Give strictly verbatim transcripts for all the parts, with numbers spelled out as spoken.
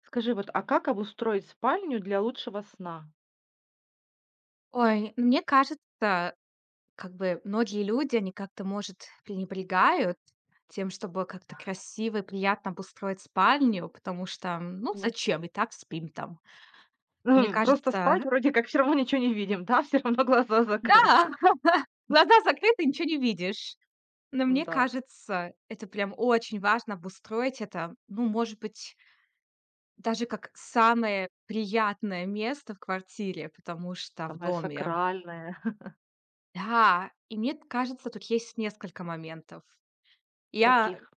Скажи, вот, а как обустроить спальню для лучшего сна? Ой, ну, мне кажется, как бы многие люди, они как-то, может, пренебрегают тем, чтобы как-то красиво и приятно обустроить спальню, потому что, ну, Ну, зачем, и так спим там. Мне просто спать кажется, вроде как все равно ничего не видим, да, все равно глаза закрыты. да, глаза закрыты, ничего не видишь. Но мне Да, кажется, это прям очень важно обустроить это, ну, может быть, даже как самое приятное место в квартире, потому что в самое доме. сакральное. Да, и мне кажется, тут есть несколько моментов. Я Каких?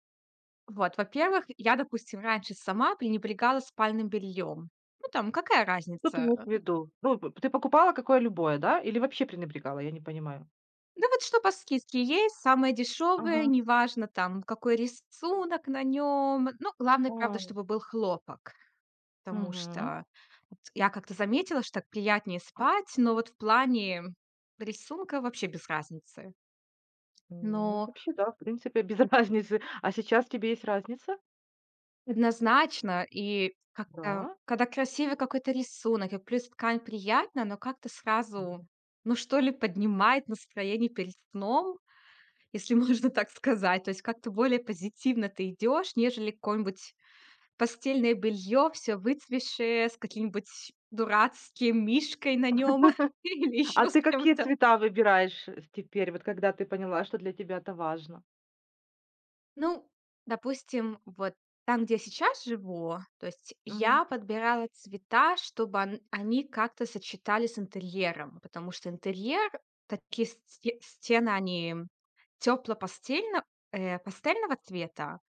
Вот, во-первых, я, допустим, раньше сама пренебрегала спальным бельем. Ну, там, какая Что ты разница? имеешь в Э, виду? Ну, п ты покупала какое любое, да, или вообще пренебрегала? Я не понимаю. Да вот что по скидке есть, самое дешевое, Ага. неважно там, какой рисунок на нем. Ну, главное, правда, А, чтобы был хлопок. Потому мгм. что вот я как-то заметила, что так приятнее спать, но вот в плане рисунка вообще без разницы. Ну, Но вообще, да, в принципе, без разницы. А сейчас тебе есть разница? Однозначно, и как-то, Да? когда красивый какой-то рисунок, и плюс ткань приятная, но как-то сразу, ну, что ли, поднимает настроение перед сном, если можно так сказать. То есть как-то более позитивно ты идешь, нежели какое-нибудь постельное белье, все выцветшее, с каким-нибудь дурацким мишкой на нем или А еще ты с какие чем-то. цвета выбираешь, э, теперь, вот когда ты поняла, что для тебя это важно? Ну, допустим, вот там, где я сейчас живу, то есть Мгм. я подбирала цвета, чтобы он- они как-то сочетались с интерьером, потому что интерьер, такие сте- стены, они тепло-пастельно, э, пастельного цвета,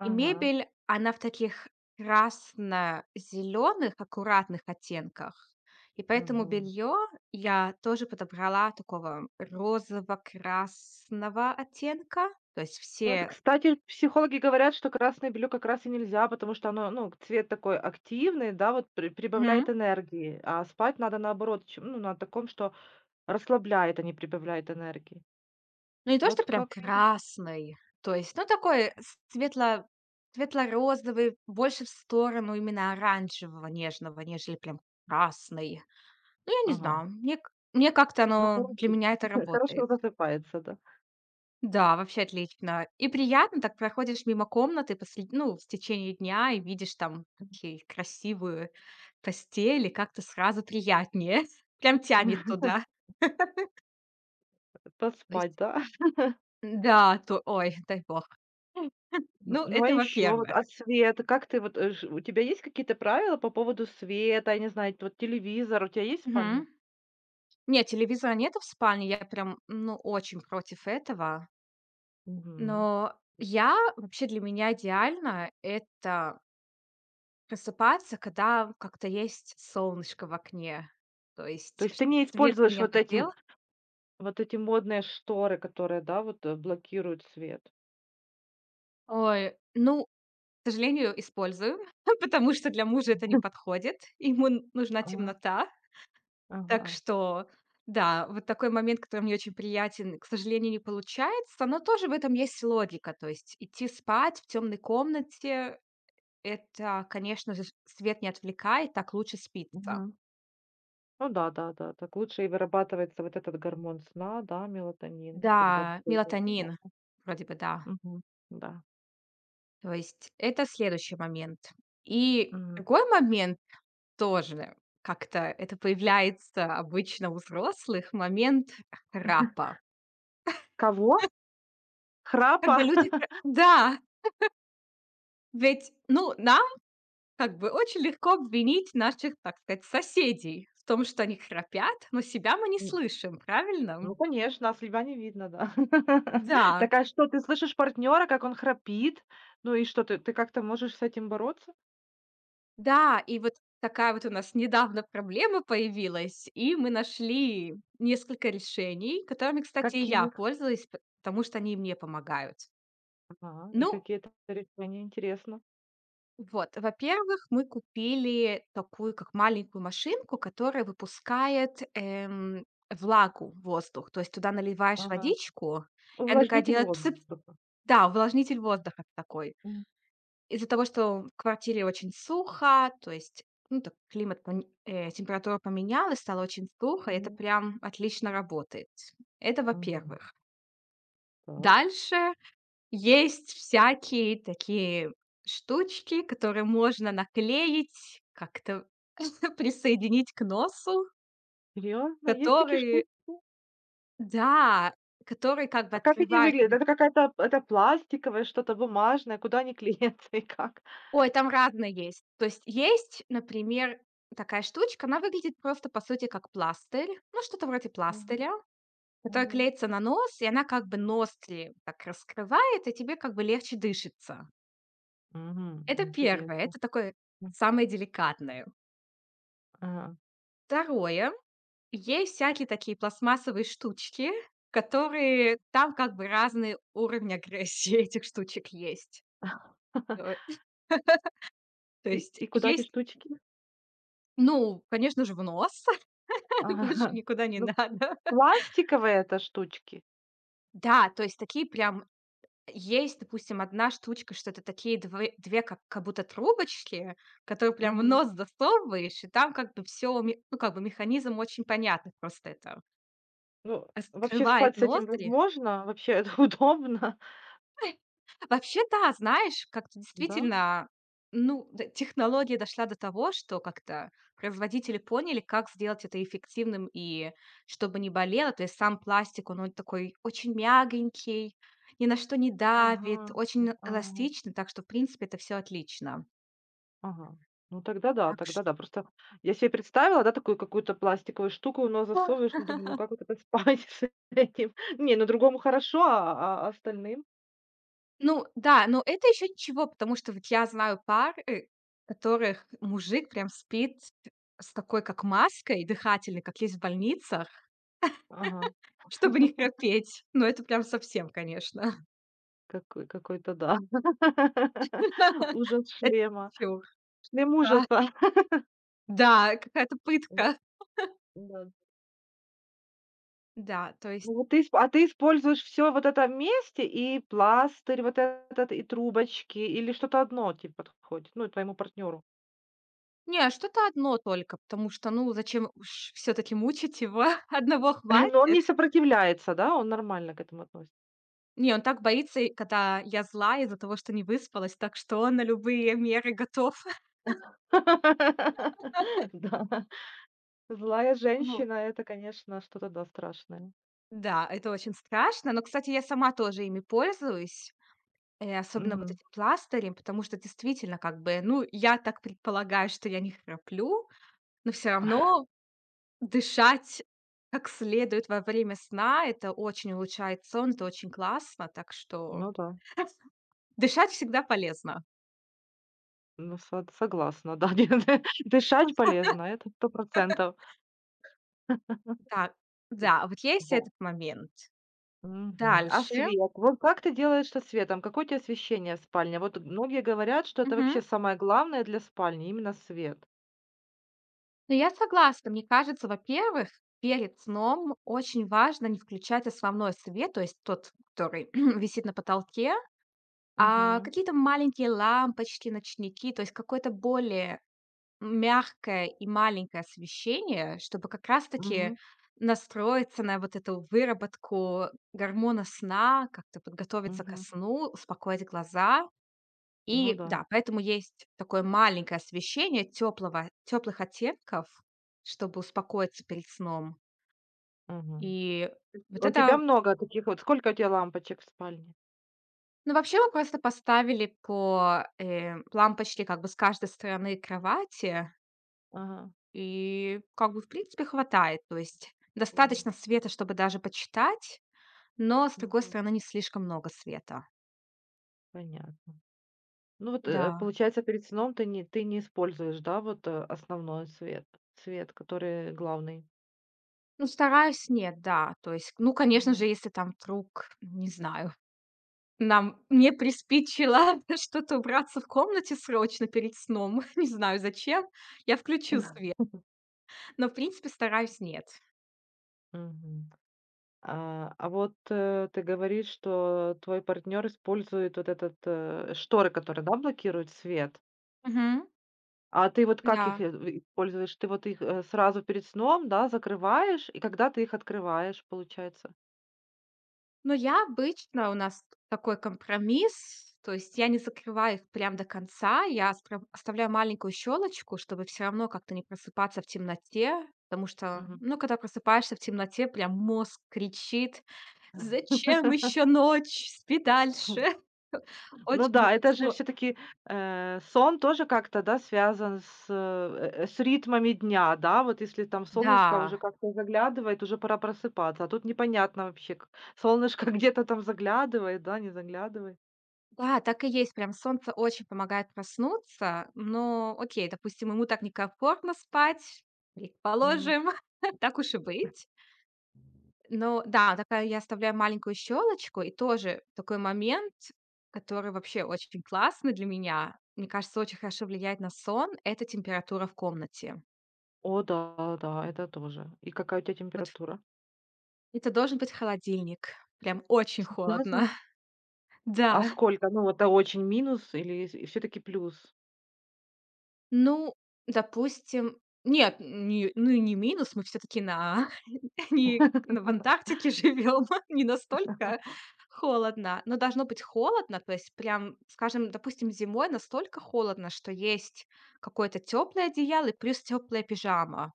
и мебель, она в таких красно-зеленых, аккуратных оттенках. И поэтому Мгм. белье я тоже подобрала такого розово-красного оттенка, то есть Ну, вот, все. кстати, психологи говорят, что красное белье как раз и нельзя, потому что оно, ну, цвет такой активный, да, вот при- прибавляет энергии, а спать надо наоборот, чем, ну, на таком, что расслабляет, а не прибавляет энергии. Ну, не то, что Вот прям как? Видно. красный, то есть, ну, такой с светло светло-розовый, больше в сторону именно оранжевого, нежного, нежели прям красный. Ну, я не Ага. знаю, мне к мне как-то Ну, оно хорошо, для меня это хорошо работает. засыпается, да. Да, вообще отлично. И приятно, так проходишь мимо комнаты посре ну, в течение дня и видишь там такие красивые постели, как-то сразу приятнее. Прям тянет туда. То Поспать, есть да. да, то ой, дай бог. Ну, Ну, а это еще вот, во-первых. а свет, как ты, вот, э, ж- у тебя есть какие-то правила по поводу света, я не знаю, вот телевизор у тебя есть в спальне? Мгм. Нет, телевизора нету в спальне. Я прям, ну, очень против этого. Мгм. Но я, вообще, для меня идеально — это просыпаться, когда как-то есть солнышко в окне. То То есть есть ты чтобы не свет используешь меня вот эти будил. вот эти модные шторы, которые, да, вот, э, блокируют свет. Ой, ну, к сожалению, использую, потому что для мужа это не подходит. Ему н нужна Ага, темнота. Так ага, что, да, вот такой момент, который мне очень приятен, к сожалению, не получается, но тоже в этом есть логика. То есть идти спать в темной комнате — это, конечно же, свет не отвлекает, так лучше спится. мгм. Ну да, да, да. Так лучше и вырабатывается вот этот гормон сна, да, мелатонин, когда Да, полуденок. мелатонин, вроде бы, да. Мгм, да. То есть это следующий момент. И М. другой момент тоже как-то это появляется обычно у взрослых — момент храпа. Кого? Храпа? Когда люди хра да, ведь, ну, нам как бы очень легко обвинить наших, так сказать, соседей в том, что они храпят, но себя мы не М. слышим, Ну, правильно? конечно, а с льва не видно, да. Да, Так, а что, ты слышишь партнера, как он храпит? Ну и что, ты ты как-то можешь с этим бороться? да, и вот такая вот у нас недавно проблема появилась, и мы нашли несколько решений, которыми, кстати, и я Каких? пользовалась, п- потому что они и мне помогают. Ага, и Ну, какие это решения? Интересно. вот, во-первых, мы купили такую как маленькую машинку, которая выпускает эм, влагу в воздух. То есть туда наливаешь Ага. водичку, и она такая Увлажнитель делает. воздуха. Да, увлажнитель воздуха такой. Из-за того, что в квартире очень сухо, то есть, ну, так климат, пон- э, температура поменялась, стало очень сухо, и это Ну, прям отлично работает. Это ага, во-первых. так. Дальше есть всякие такие штучки, которые можно наклеить, как-то присоединить к носу, Серьезно? Есть такие которые, штуки? да, которые как бы А как они открывают. выглядят? Это какая-то это пластиковое, что-то бумажное, куда они клеятся и как? Ой, там разное есть. То есть есть, например, такая штучка, она выглядит просто, по сути, как пластырь, ну, что-то вроде Мгм, пластыря, который мгм. клеится на нос, и она как бы ноздри так раскрывает, и тебе как бы легче дышится. Мгм, Это первое, интересно. это такое М, самое деликатное. ага. Второе, есть всякие такие пластмассовые штучки, которые там как бы разные уровни агрессии этих штучек есть. Э, то И есть и куда эти есть, штучки? Ага. ну, конечно же, в нос. Больше никуда не Ну, надо. пластиковые это штучки? Да, то есть такие прям есть, допустим, одна штучка, что это такие две две как как будто трубочки, которые прям в Мгм. нос засовываешь, и там как бы все, ну, как бы механизм очень понятный, просто это Ну, вообще спать раскрывает с этим ноздри. возможно? Вообще это удобно? Вообще, да, знаешь, как-то Да? действительно, ну, д- технология дошла до того, что как-то производители поняли, как сделать это эффективным и чтобы не болело. То есть сам пластик, он, он такой очень мягонький, ни на что не Ага. давит, очень А. эластичный, так что, в принципе, это все отлично. Ага. Ну тогда да, Так тогда что да. Просто я себе представила, да, такую какую-то пластиковую штуку в нос засовываешь, ну думаю, ну как вот это спать с этим? Не, ну другому хорошо, а, а остальным? ну, да, но это еще ничего, потому что вот я знаю пары, которых мужик прям спит с такой как маской дыхательной, как есть в больницах, Ага, чтобы не храпеть. Но это прям совсем, конечно. какой, какой-то да. Ужас Это шлема. чересчур, Шлем да. ужаса. Да, какая-то М, пытка. да. Да, то Ну, есть вот ты, исп- а ты используешь все вот это вместе, и пластырь вот этот, и трубочки, или что-то одно тебе подходит, ну, и твоему партнеру. не, а что-то одно только, потому что, ну, зачем уж всё-таки мучить его? Одного Но он хватит. не сопротивляется, да, он нормально к этому относится. Не, он так боится, и когда я зла из-за того, что не выспалась, так что он на любые меры готов. Да, злая Вот. женщина — это, конечно, что-то, да, страшное. Да, это очень страшно, но, кстати, я сама тоже ими пользуюсь, э, особенно вот Мгм. этим пластырем, потому что действительно, как бы, ну, я так предполагаю, что я не храплю, но все равно дышать как следует во время сна — это очень улучшает сон, это очень классно, так что Ну да, дышать всегда полезно. ну со согласна, да, дя- дышать полезно, это сто Да, да, вот есть Да, этот момент. мгм. А Дальше свет? Вот как ты делаешь со светом? Какое у тебя освещение в спальне? Вот многие говорят, что это мгм. вообще самое главное для спальни — именно свет. Ну, я согласна. Мне кажется, во-первых, перед сном очень важно не включать основной свет, то есть тот, который висит на потолке, а Мгм, какие-то маленькие лампочки, ночники, то есть какой-то более мягкое и маленькое освещение, чтобы как раз-таки мгм, настроиться на вот эту выработку гормона сна, как-то подготовиться ко мгм. сну, успокоить глаза. Ну И да, да, поэтому есть такое маленькое освещение теплого, теплых оттенков, чтобы успокоиться перед сном. мгм. И вот У тебя это, много таких вот. Сколько у тебя лампочек в спальне? ну, вообще, мы просто поставили по, э, лампочке как бы с каждой стороны кровати. Ага, И как бы, в принципе, хватает. То есть мгм, достаточно света, чтобы даже почитать, но, с другой мгм. стороны, не слишком много света. Понятно. Ну вот, э, Да. получается, перед сном ты не ты не используешь, да, вот, э, основной свет свет, который главный? Ну, стараюсь, нет, да. То есть, ну, конечно Мгм. же, если там вдруг, не знаю, нам мне приспичило что-то убраться в комнате срочно перед сном, не знаю зачем, я включу свет. Но, в принципе, стараюсь нет. Мгм. А, а вот, э, ты говоришь, что твой партнер использует вот этот, э, шторы, которые, да, блокируют свет. Мгм. А ты вот как их, Да. э, в используешь? Ты вот их, э, сразу перед сном, да, закрываешь, и когда ты их открываешь, получается? Но я обычно у нас такой компромисс, то есть я не закрываю их прям до конца, я остра оставляю маленькую щелочку, чтобы все равно как-то не просыпаться в темноте, потому что, Мгм. ну, когда просыпаешься в темноте, прям мозг кричит: «Зачем еще ночь? Спи дальше». Ну Очень да, это же сложно. все таки сон тоже как-то, да, связан с, э, с ритмами дня, да? Вот если там солнышко уже Да, как-то заглядывает, уже пора просыпаться, а тут непонятно вообще, к солнышко где-то там заглядывает, да, не заглядывает. да, так и есть. Прям солнце очень помогает проснуться, но окей, допустим, ему так некомфортно спать, Мгм. предположим, так уж и быть. Ну да, такая я оставляю маленькую щелочку, и тоже такой момент, который вообще очень классный для меня. Мне кажется, очень хорошо влияет на сон — это температура в комнате. О да, да, это тоже. И какая у тебя Вот температура? это должен быть холодильник. Прям очень Серьёзно? холодно. А Да. сколько? Ну, это очень минус или все таки плюс? Ну, допустим, нет, не, ну, и не минус, мы все таки на не на в Антарктике живём, не настолько холодно, но должно быть холодно, то есть прям, скажем, допустим, зимой настолько холодно, что есть какое-то тёплое одеяло и плюс теплая пижама.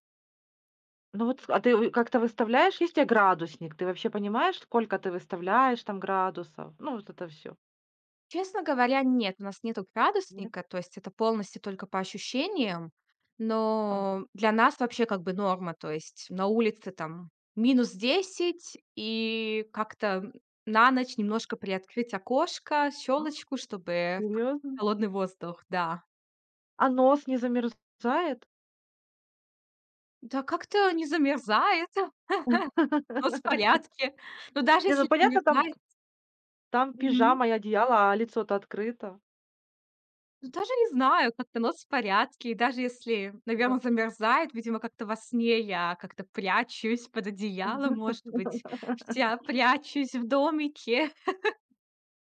Ну вот, с а ты вы как-то выставляешь? Есть у тя градусник? Ты вообще понимаешь, сколько ты выставляешь там градусов? Ну, вот это все. Честно говоря, нет, у нас нету Нет? градусника, то есть это полностью только по ощущениям, А. но для нас вообще как бы норма. То есть на улице там минус десять, и как-то на ночь немножко приоткрыть окошко, А, щелочку, чтобы серьезно? холодный воздух, да. А нос не замерзает? Да как-то не замерзает, но в порядке. Но даже Не, ну если понятно, там замерзает, там пижама и одеяло, а лицо-то открыто. ну, даже не знаю, как-то нос в порядке. И даже если, Да. наверное, замерзает, видимо, как-то во сне я как-то прячусь под одеялом, может быть, вся прячусь в домике.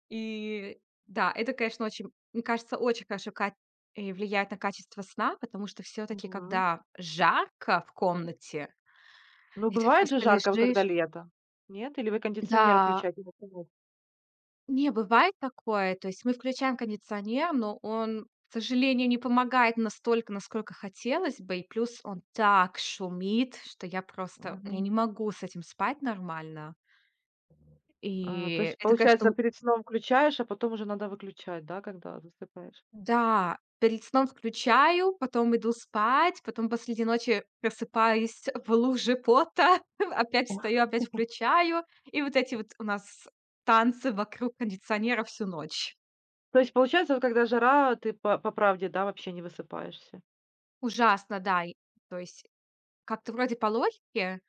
И да, это, конечно, очень, мне кажется, очень хорошо кат э, влияет на качество сна, потому что все таки Мгм. когда жарко в комнате, Ну, и ты бывает же просто жарко, вот когда лежишь. лето. Нет? Или вы кондиционер Да. включаете на самом Не, бывает такое. То есть мы включаем кондиционер, но он, к сожалению, не помогает настолько, насколько хотелось бы. И плюс он так шумит, что я просто я мгм. не могу с этим спать нормально. А, то И есть, это, конечно, получается, у перед сном включаешь, а потом уже надо выключать, да, когда засыпаешь? да, перед сном включаю, потом иду спать, потом посреди ночи просыпаюсь в луже пота, опять встаю, Ох. опять включаю. И вот эти вот у нас танцы вокруг кондиционера всю ночь. То есть, получается, вот когда жара, ты по по правде, да, вообще не высыпаешься? Ужасно, да. И то есть как-то вроде по логике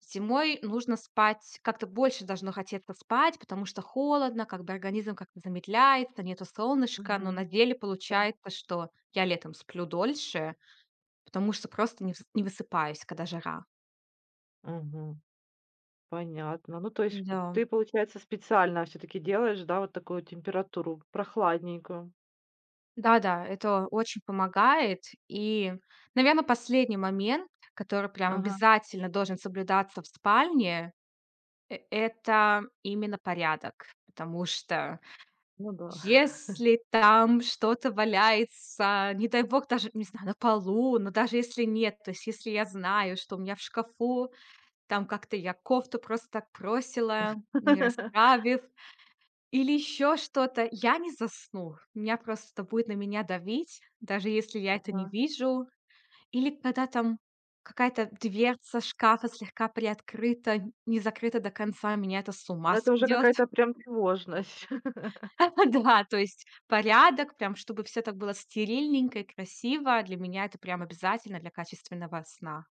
зимой нужно спать, как-то больше должно хотеться спать, потому что холодно, как бы организм как-то замедляется, нету солнышка, но на Мгм. деле Да. получается, что я летом сплю дольше, потому что просто не вс не высыпаюсь, когда жара. Мгм. Понятно. Ну, то есть п Да. ты, получается, специально все таки делаешь, да, вот такую температуру прохладненькую? Да-да, это очень помогает. И, наверное, последний момент, который прям Ага. обязательно должен соблюдаться в спальне, э это именно порядок, потому что Ну да. если там что-то валяется, не дай бог, даже, не знаю, на полу, но даже если нет, то есть если я знаю, что у меня в шкафу, там как-то я кофту просто так бросила, не расправив, или еще что-то, я не засну. Меня просто будет на меня давить, даже если я это Ага. не вижу. Или когда там какая-то дверца шкафа слегка приоткрыта, не закрыта до конца, меня это с Ну, ума это уже сведет. какая-то прям тревожность. Да, то есть порядок, прям чтобы все так было стерильненько и красиво. Для меня это прям обязательно для качественного сна.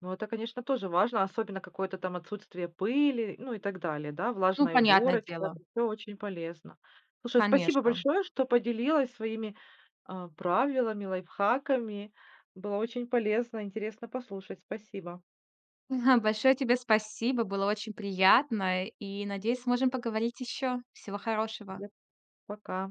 Ну, это, конечно, тоже важно, особенно какое-то там отсутствие пыли, ну и так далее, да, Ну, влажная понятное уборочка. дело, Это все очень полезно. Слушай, спасибо конечно. большое, что поделилась своими, а, правилами, лайфхаками. Было очень полезно, интересно послушать. Спасибо. Большое тебе спасибо, было очень приятно, и, надеюсь, сможем поговорить еще. Всего хорошего. Тебе пока.